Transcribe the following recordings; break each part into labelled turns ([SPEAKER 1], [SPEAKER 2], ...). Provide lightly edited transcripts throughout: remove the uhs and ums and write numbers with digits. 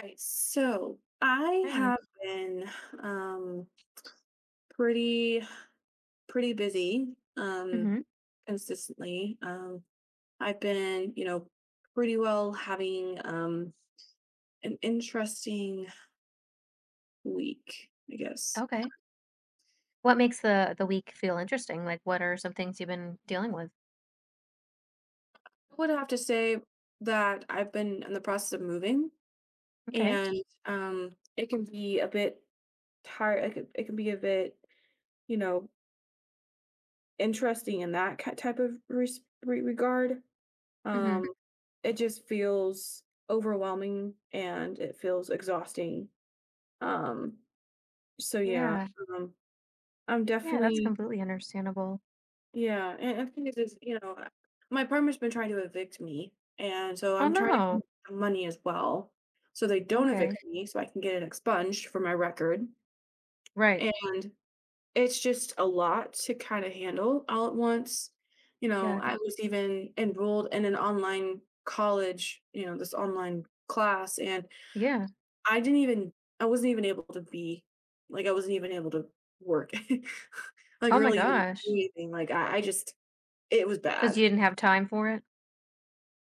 [SPEAKER 1] Right. So I
[SPEAKER 2] Right.
[SPEAKER 1] have been um pretty pretty busy um
[SPEAKER 2] Hmm.
[SPEAKER 1] consistently. I've been, you know, pretty well having an interesting week, I guess.
[SPEAKER 2] Okay. What makes the week feel interesting? Like, what are some things you've been dealing with?
[SPEAKER 1] I would have to say that I've been in the process of moving
[SPEAKER 2] Okay.
[SPEAKER 1] and um it can be a bit it can be a bit, you know, interesting in that ki- type of res- re- regard.
[SPEAKER 2] Hmm.
[SPEAKER 1] Um it just feels overwhelming and it feels exhausting. Um, so yeah,
[SPEAKER 2] Yeah.
[SPEAKER 1] um, I'm
[SPEAKER 2] Yeah, that's
[SPEAKER 1] definitely
[SPEAKER 2] completely understandable.
[SPEAKER 1] yeah, and the thing is my partner's been trying to evict me, and so
[SPEAKER 2] Oh
[SPEAKER 1] I'm trying to
[SPEAKER 2] no.
[SPEAKER 1] get some money as well, so they don't
[SPEAKER 2] Okay.
[SPEAKER 1] evict me, so I can get it expunged for my record.
[SPEAKER 2] Right.
[SPEAKER 1] And it's just a lot to kind of handle all at once. You know,
[SPEAKER 2] Yeah.
[SPEAKER 1] I was even enrolled in an online college, you know, this online class, and
[SPEAKER 2] Yeah.
[SPEAKER 1] I didn't even I wasn't even able to be like, I wasn't even able to work. Like,
[SPEAKER 2] Oh my
[SPEAKER 1] really even do
[SPEAKER 2] gosh.
[SPEAKER 1] anything, like, I just it was
[SPEAKER 2] Because
[SPEAKER 1] bad.
[SPEAKER 2] you didn't have time for it.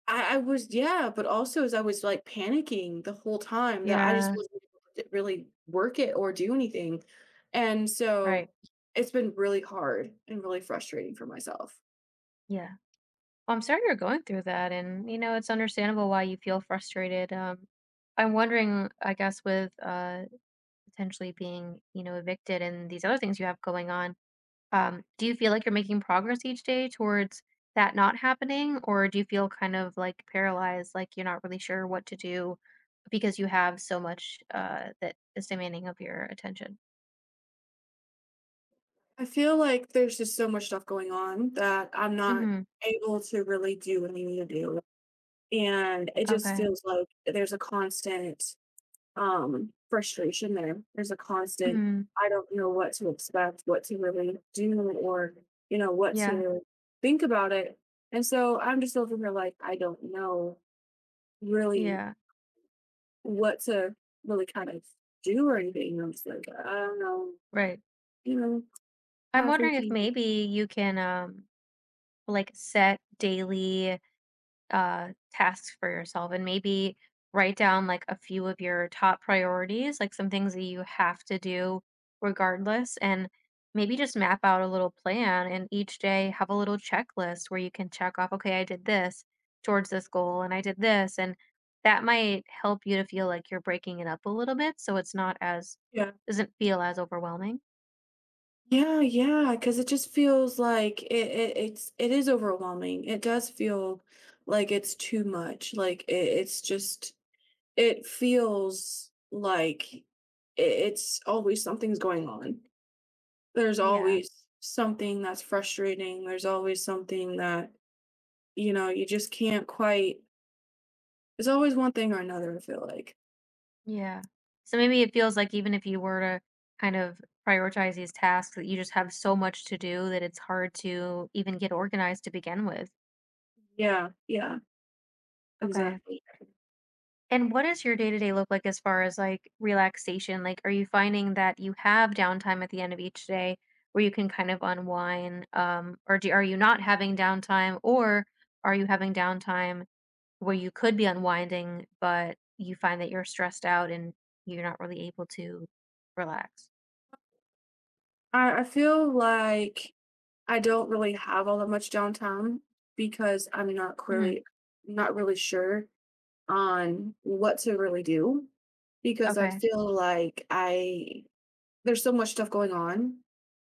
[SPEAKER 1] I was yeah, but also as I was, like, panicking the whole time that I just
[SPEAKER 2] Yeah.
[SPEAKER 1] wasn't able to really work it or do anything, and
[SPEAKER 2] Right.
[SPEAKER 1] so it's been really hard and really frustrating for myself.
[SPEAKER 2] Yeah. Well, I'm sorry you're going through that, and it's understandable why you feel frustrated. I'm wondering, I guess, with potentially being evicted and these other things you have going on.
[SPEAKER 1] Right.
[SPEAKER 2] Do you feel like you're making progress each day towards that not happening, or do you feel kind of like paralyzed, like you're not really sure what to do because you have so much that is demanding of your attention?
[SPEAKER 1] I feel like there's just so much stuff going on that I'm not
[SPEAKER 2] Hmm.
[SPEAKER 1] able to really do what I need to do. And it just
[SPEAKER 2] Okay.
[SPEAKER 1] feels like there's a constant, frustration there. There's a constant,
[SPEAKER 2] Hmm.
[SPEAKER 1] I don't know what to expect, what to really do, or, you know, what
[SPEAKER 2] Yeah.
[SPEAKER 1] to think about it. And so I'm just over here like, I don't know really
[SPEAKER 2] Yeah.
[SPEAKER 1] what to really kind of do or anything. I'm just like, I don't know,
[SPEAKER 2] Right.
[SPEAKER 1] you know,
[SPEAKER 2] I'm
[SPEAKER 1] kind of
[SPEAKER 2] wondering if
[SPEAKER 1] freaky.
[SPEAKER 2] maybe you can like set daily tasks for yourself and maybe write down like a few of your top priorities, like some things that you have to do regardless, and maybe just map out a little plan and each day have a little checklist where you can check off, okay, I did this towards
[SPEAKER 1] Yeah.
[SPEAKER 2] this goal and I did this. And that might help you to feel like you're breaking it up a little bit so it's not as,
[SPEAKER 1] Yeah.
[SPEAKER 2] doesn't feel as overwhelming.
[SPEAKER 1] Yeah, yeah, because it just feels like it is overwhelming. It does feel like it's too much. Like it's just it feels like it, it's always something's going on. There's
[SPEAKER 2] Yeah.
[SPEAKER 1] always something that's frustrating. There's always something that, you know, you just can't quite. There's always one thing or another, I feel like.
[SPEAKER 2] Yeah. So maybe it feels like even if you were to kind of prioritize these tasks that you just have so much to do that it's hard to even get organized to begin with.
[SPEAKER 1] Yeah, yeah,
[SPEAKER 2] Okay.
[SPEAKER 1] exactly.
[SPEAKER 2] And what does your day-to-day look like as far as like relaxation? Like, are you finding that you have downtime at the end of each day where you can kind of unwind? Or do, are you not having downtime or are you having downtime where you could be unwinding, but you find that you're stressed out and you're not really able to relax?
[SPEAKER 1] I feel like I don't really have all that much downtown because I'm not really not really sure on what to really do because I
[SPEAKER 2] Okay.
[SPEAKER 1] feel like I there's so much stuff going on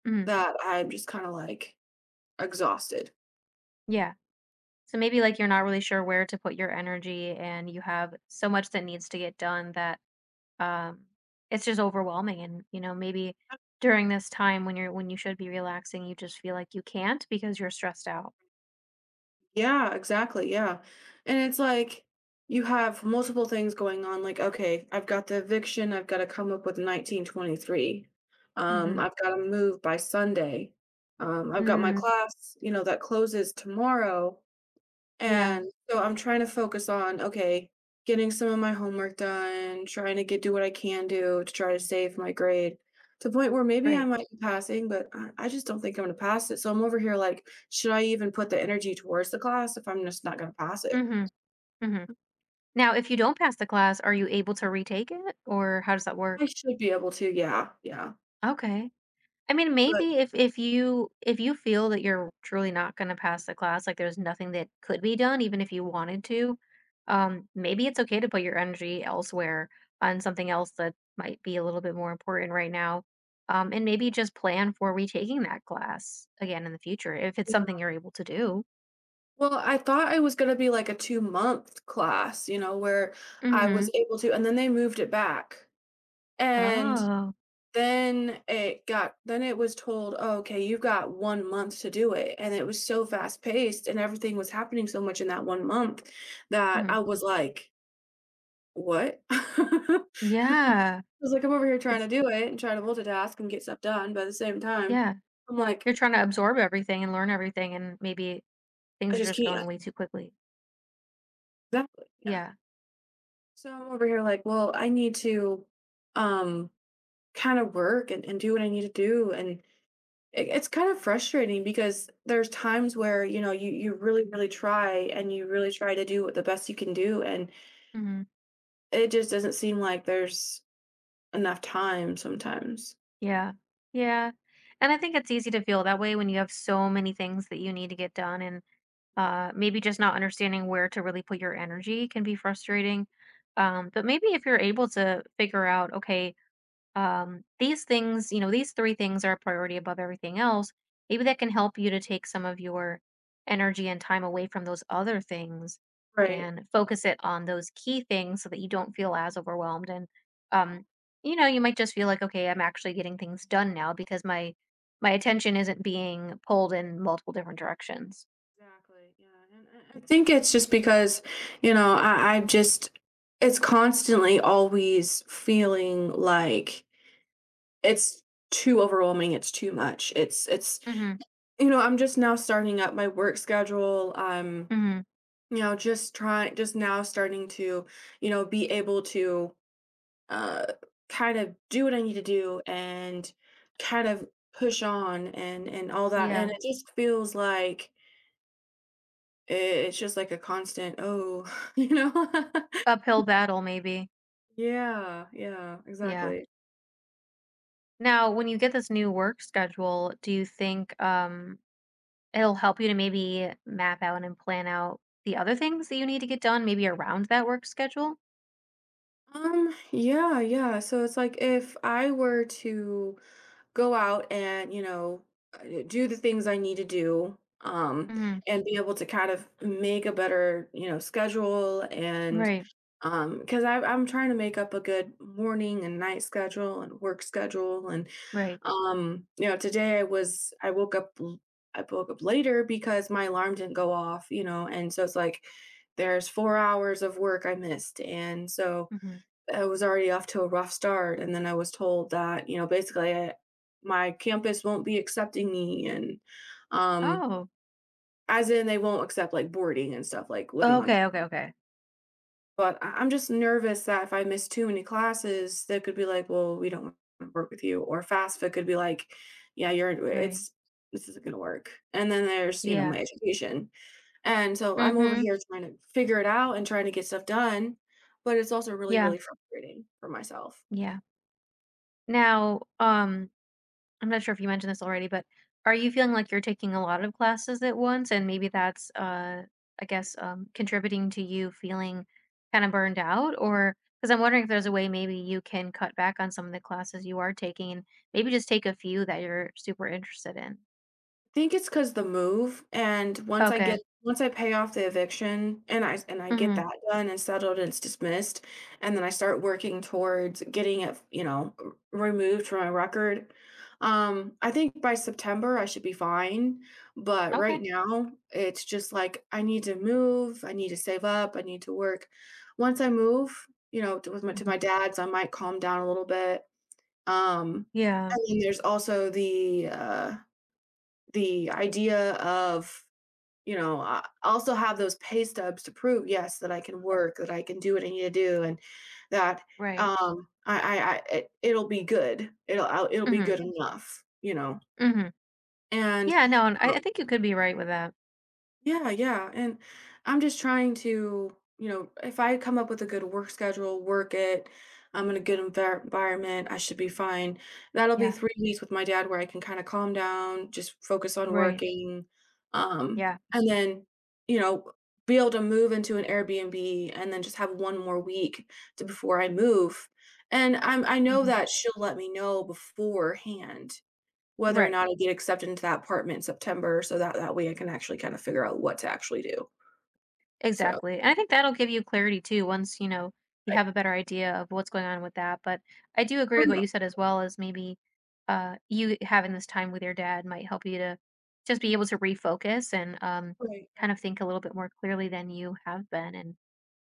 [SPEAKER 2] Mhm.
[SPEAKER 1] that I'm just kind of like exhausted.
[SPEAKER 2] Yeah. So maybe like you're not really sure where to put your energy and you have so much that needs to get done that um it's just overwhelming, and maybe during this time when you're when you should be relaxing you just feel like you can't because you're stressed out.
[SPEAKER 1] Yeah, exactly. Yeah. And it's like you have multiple things going on. Like, okay, I've got the eviction. I've got to come up with 1923.
[SPEAKER 2] Mhm.
[SPEAKER 1] I've got to move by Sunday. I've got my
[SPEAKER 2] Mm.
[SPEAKER 1] class, you know, that closes tomorrow.
[SPEAKER 2] Yeah,
[SPEAKER 1] And so I'm trying to focus on, okay, getting some of my homework done, trying to get do what I can do to try to save my grade to the point where maybe I
[SPEAKER 2] right.
[SPEAKER 1] might be passing, but I just don't think I'm gonna pass it. So I'm over here like, should I even put the energy towards the class if I'm just not gonna pass it?
[SPEAKER 2] Mhm. Mhm. Now, if you don't pass the class, are you able to retake it or how does that
[SPEAKER 1] I
[SPEAKER 2] work?
[SPEAKER 1] should be able to, yeah, yeah.
[SPEAKER 2] Okay. I mean,
[SPEAKER 1] But
[SPEAKER 2] maybe if you feel that you're truly not gonna pass the class, like there's nothing that could be done, even if you wanted to, maybe it's okay to put your energy elsewhere on something else that might be a little bit more important right now. And maybe just plan for retaking that class again in the future if it's
[SPEAKER 1] yeah.
[SPEAKER 2] something you're able to do.
[SPEAKER 1] Well, I thought it was gonna be like a 2 month class, you know, where I
[SPEAKER 2] Mm-hmm.
[SPEAKER 1] was able to, and then they moved it back. And
[SPEAKER 2] Oh.
[SPEAKER 1] then it got then it was told, "Oh, okay, you've got 1 month to do it," and it was so fast paced and everything was happening so much in that 1 month that
[SPEAKER 2] Hmm.
[SPEAKER 1] I was like, "What?" I
[SPEAKER 2] Yeah.
[SPEAKER 1] was like, "I'm over here trying to
[SPEAKER 2] It's
[SPEAKER 1] do it and trying to multitask and get stuff done," but at the same time,
[SPEAKER 2] yeah.
[SPEAKER 1] I'm like,
[SPEAKER 2] You're trying to absorb everything and learn everything, and maybe things
[SPEAKER 1] "I
[SPEAKER 2] are
[SPEAKER 1] just
[SPEAKER 2] just going
[SPEAKER 1] can't."
[SPEAKER 2] way too quickly.
[SPEAKER 1] Exactly, yeah.
[SPEAKER 2] Yeah.
[SPEAKER 1] So I'm over here like, "Well, I need to, um, kinda work and do what I need to do and it, it's kind of frustrating because there's times where you know you really really try and you really try to do what the best you can do and
[SPEAKER 2] Hmm.
[SPEAKER 1] it just doesn't seem like there's enough time sometimes.
[SPEAKER 2] Yeah. Yeah. And I think it's easy to feel that way when you have so many things that you need to get done and maybe just not understanding where to really put your energy can be frustrating. But maybe if you're able to figure out okay, these things, you know, these three things are a priority above everything else. Maybe that can help you to take some of your energy and time away from those other things
[SPEAKER 1] Right. Yeah. Right.
[SPEAKER 2] and focus it on those key things so that you don't feel as overwhelmed. And, um, you might just feel like, okay, I'm actually getting things done now because my attention isn't being pulled in multiple different directions.
[SPEAKER 1] Yeah, exactly, yeah, and I think it's just because you know I just it's constantly always feeling like it's too overwhelming it's too much it's
[SPEAKER 2] Mm-hmm.
[SPEAKER 1] you know I'm just now starting up my work schedule I'm.
[SPEAKER 2] Mm-hmm.
[SPEAKER 1] You know, just trying just now starting to, you know, be able to uh kind of do what I need to do and kind of push on and all that. And
[SPEAKER 2] Yeah.
[SPEAKER 1] it just feels like it's just like a constant, oh, you know.
[SPEAKER 2] Uphill battle, maybe.
[SPEAKER 1] Yeah, yeah,
[SPEAKER 2] Yeah.
[SPEAKER 1] exactly.
[SPEAKER 2] Now, when you get this new work schedule, do you think it'll help you to maybe map out and plan out the other things that you need to get done, maybe around that work schedule?
[SPEAKER 1] Yeah, yeah. So it's like if I were to go out and, you know, do the things I need to do,
[SPEAKER 2] Hmm.
[SPEAKER 1] and be able to kind of make a better, you know, schedule and
[SPEAKER 2] Right.
[SPEAKER 1] because I'm trying to make up a good morning and night schedule and work schedule and
[SPEAKER 2] Right.
[SPEAKER 1] you know today I was I woke up I woke up later because my alarm didn't go off you know and so it's like there's 4 hours of work I missed and so
[SPEAKER 2] Hmm.
[SPEAKER 1] I was already off to a rough start, and then I was told that, you know, basically my campus won't be accepting me, and um,
[SPEAKER 2] Oh.
[SPEAKER 1] as in they won't accept like boarding and stuff, like living on
[SPEAKER 2] Okay.
[SPEAKER 1] campus.
[SPEAKER 2] Okay. Okay.
[SPEAKER 1] But I'm just nervous that if I miss too many classes, they could be like, "Well, we don't want to work with you," or FAFSA could be like, "Yeah, you're
[SPEAKER 2] Right.
[SPEAKER 1] it's this isn't going to work." And then there's you know
[SPEAKER 2] Yeah.
[SPEAKER 1] my education, and so I'm over
[SPEAKER 2] Hmm.
[SPEAKER 1] here trying to figure it out and trying to get stuff done, but it's also really
[SPEAKER 2] Yeah.
[SPEAKER 1] really frustrating for myself.
[SPEAKER 2] Yeah. Now, I'm not sure if you mentioned this already, but are you feeling like you're taking a lot of classes at once? And maybe that's, I guess, contributing to you feeling kind of burned out? Or because I'm wondering if there's a way maybe you can cut back on some of the classes you are taking and maybe just take a few that you're super interested in.
[SPEAKER 1] Think it's cause the move, and
[SPEAKER 2] Okay.
[SPEAKER 1] once I pay off the eviction and I get
[SPEAKER 2] Hmm.
[SPEAKER 1] that done and settled and it's dismissed, and then I start working towards getting it, you know, r removed from my record, I think by September, I should be fine, but right
[SPEAKER 2] Okay.
[SPEAKER 1] now, it's just like, I need to move, I need to save up, I need to work. Once I move, you know, to my
[SPEAKER 2] Hmm.
[SPEAKER 1] dad's, I might calm down a little bit, um,
[SPEAKER 2] Yeah.
[SPEAKER 1] and then there's also the idea of you know I also have those pay stubs to prove yes that I can work, that I can do what I need to do, and that
[SPEAKER 2] Right.
[SPEAKER 1] it'll be good. It'll I'll, it'll be
[SPEAKER 2] Hmm.
[SPEAKER 1] good enough, you know.
[SPEAKER 2] Hmm.
[SPEAKER 1] And
[SPEAKER 2] Yeah. No, and I
[SPEAKER 1] um,
[SPEAKER 2] think you could be right with that.
[SPEAKER 1] yeah, yeah. And I'm just trying to, you know, if I come up with a good work schedule, work it, I'm in a good environment, I should be fine. That'll be
[SPEAKER 2] Yeah.
[SPEAKER 1] 3 weeks with my dad where I can kind of calm down, just focus on
[SPEAKER 2] Right.
[SPEAKER 1] working. Um,
[SPEAKER 2] Yeah.
[SPEAKER 1] and then, you know, be able to move into an Airbnb and then just have one more week to before I move. And I know
[SPEAKER 2] Hmm.
[SPEAKER 1] that she'll let me know beforehand whether or
[SPEAKER 2] Right.
[SPEAKER 1] not I get accepted into that apartment in September, so that that way I can actually kind of figure out what to actually do. So,
[SPEAKER 2] Exactly. And I think that'll give you clarity too once, you
[SPEAKER 1] right.
[SPEAKER 2] have a better idea of what's going on with that. But I do agree
[SPEAKER 1] Oh,
[SPEAKER 2] with what
[SPEAKER 1] yeah.
[SPEAKER 2] you said as well, as maybe you having this time with your dad might help you to just be able to refocus and
[SPEAKER 1] Right,
[SPEAKER 2] kind of
[SPEAKER 1] right.
[SPEAKER 2] think a little bit more clearly than you have been and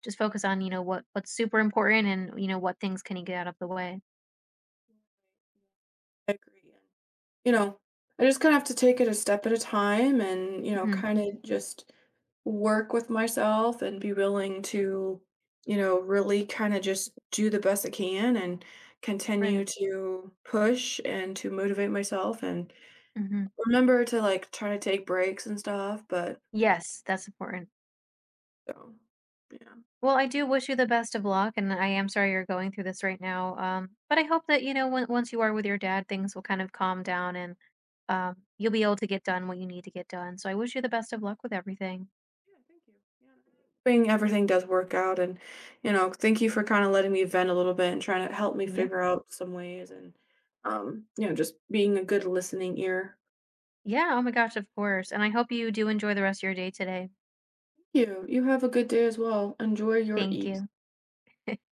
[SPEAKER 2] just focus on, what's super important, and you know what things can you get out of the way.
[SPEAKER 1] I agree, and, you know, I just kinda have to take it a step at a time and, you know,
[SPEAKER 2] Mhm.
[SPEAKER 1] kinda just work with myself and be willing to, you know, really kinda just do the best I can and
[SPEAKER 2] Right.
[SPEAKER 1] continue to push and to motivate myself and
[SPEAKER 2] Mhm.
[SPEAKER 1] remember to, like, try to take breaks and stuff, but
[SPEAKER 2] Yes, that's important.
[SPEAKER 1] so, yeah.
[SPEAKER 2] Well, I do wish you the best of luck, and I am sorry you're going through this right now. But I hope that, once you are with your dad, things will kind of calm down and you'll be able to get done what you need to get done. So I wish you the best of luck with everything.
[SPEAKER 1] Yeah, thank you. Yeah. Hoping everything does work out and, you know, thank you for kind of letting me vent a little bit and trying to help me
[SPEAKER 2] Yeah.
[SPEAKER 1] figure out some ways and, you know, just being a good listening ear.
[SPEAKER 2] Yeah. Oh my gosh, of course. And I hope you do enjoy the rest of your day today.
[SPEAKER 1] Thank you. You have a good day as well. Enjoy your
[SPEAKER 2] Thank
[SPEAKER 1] eats.
[SPEAKER 2] you.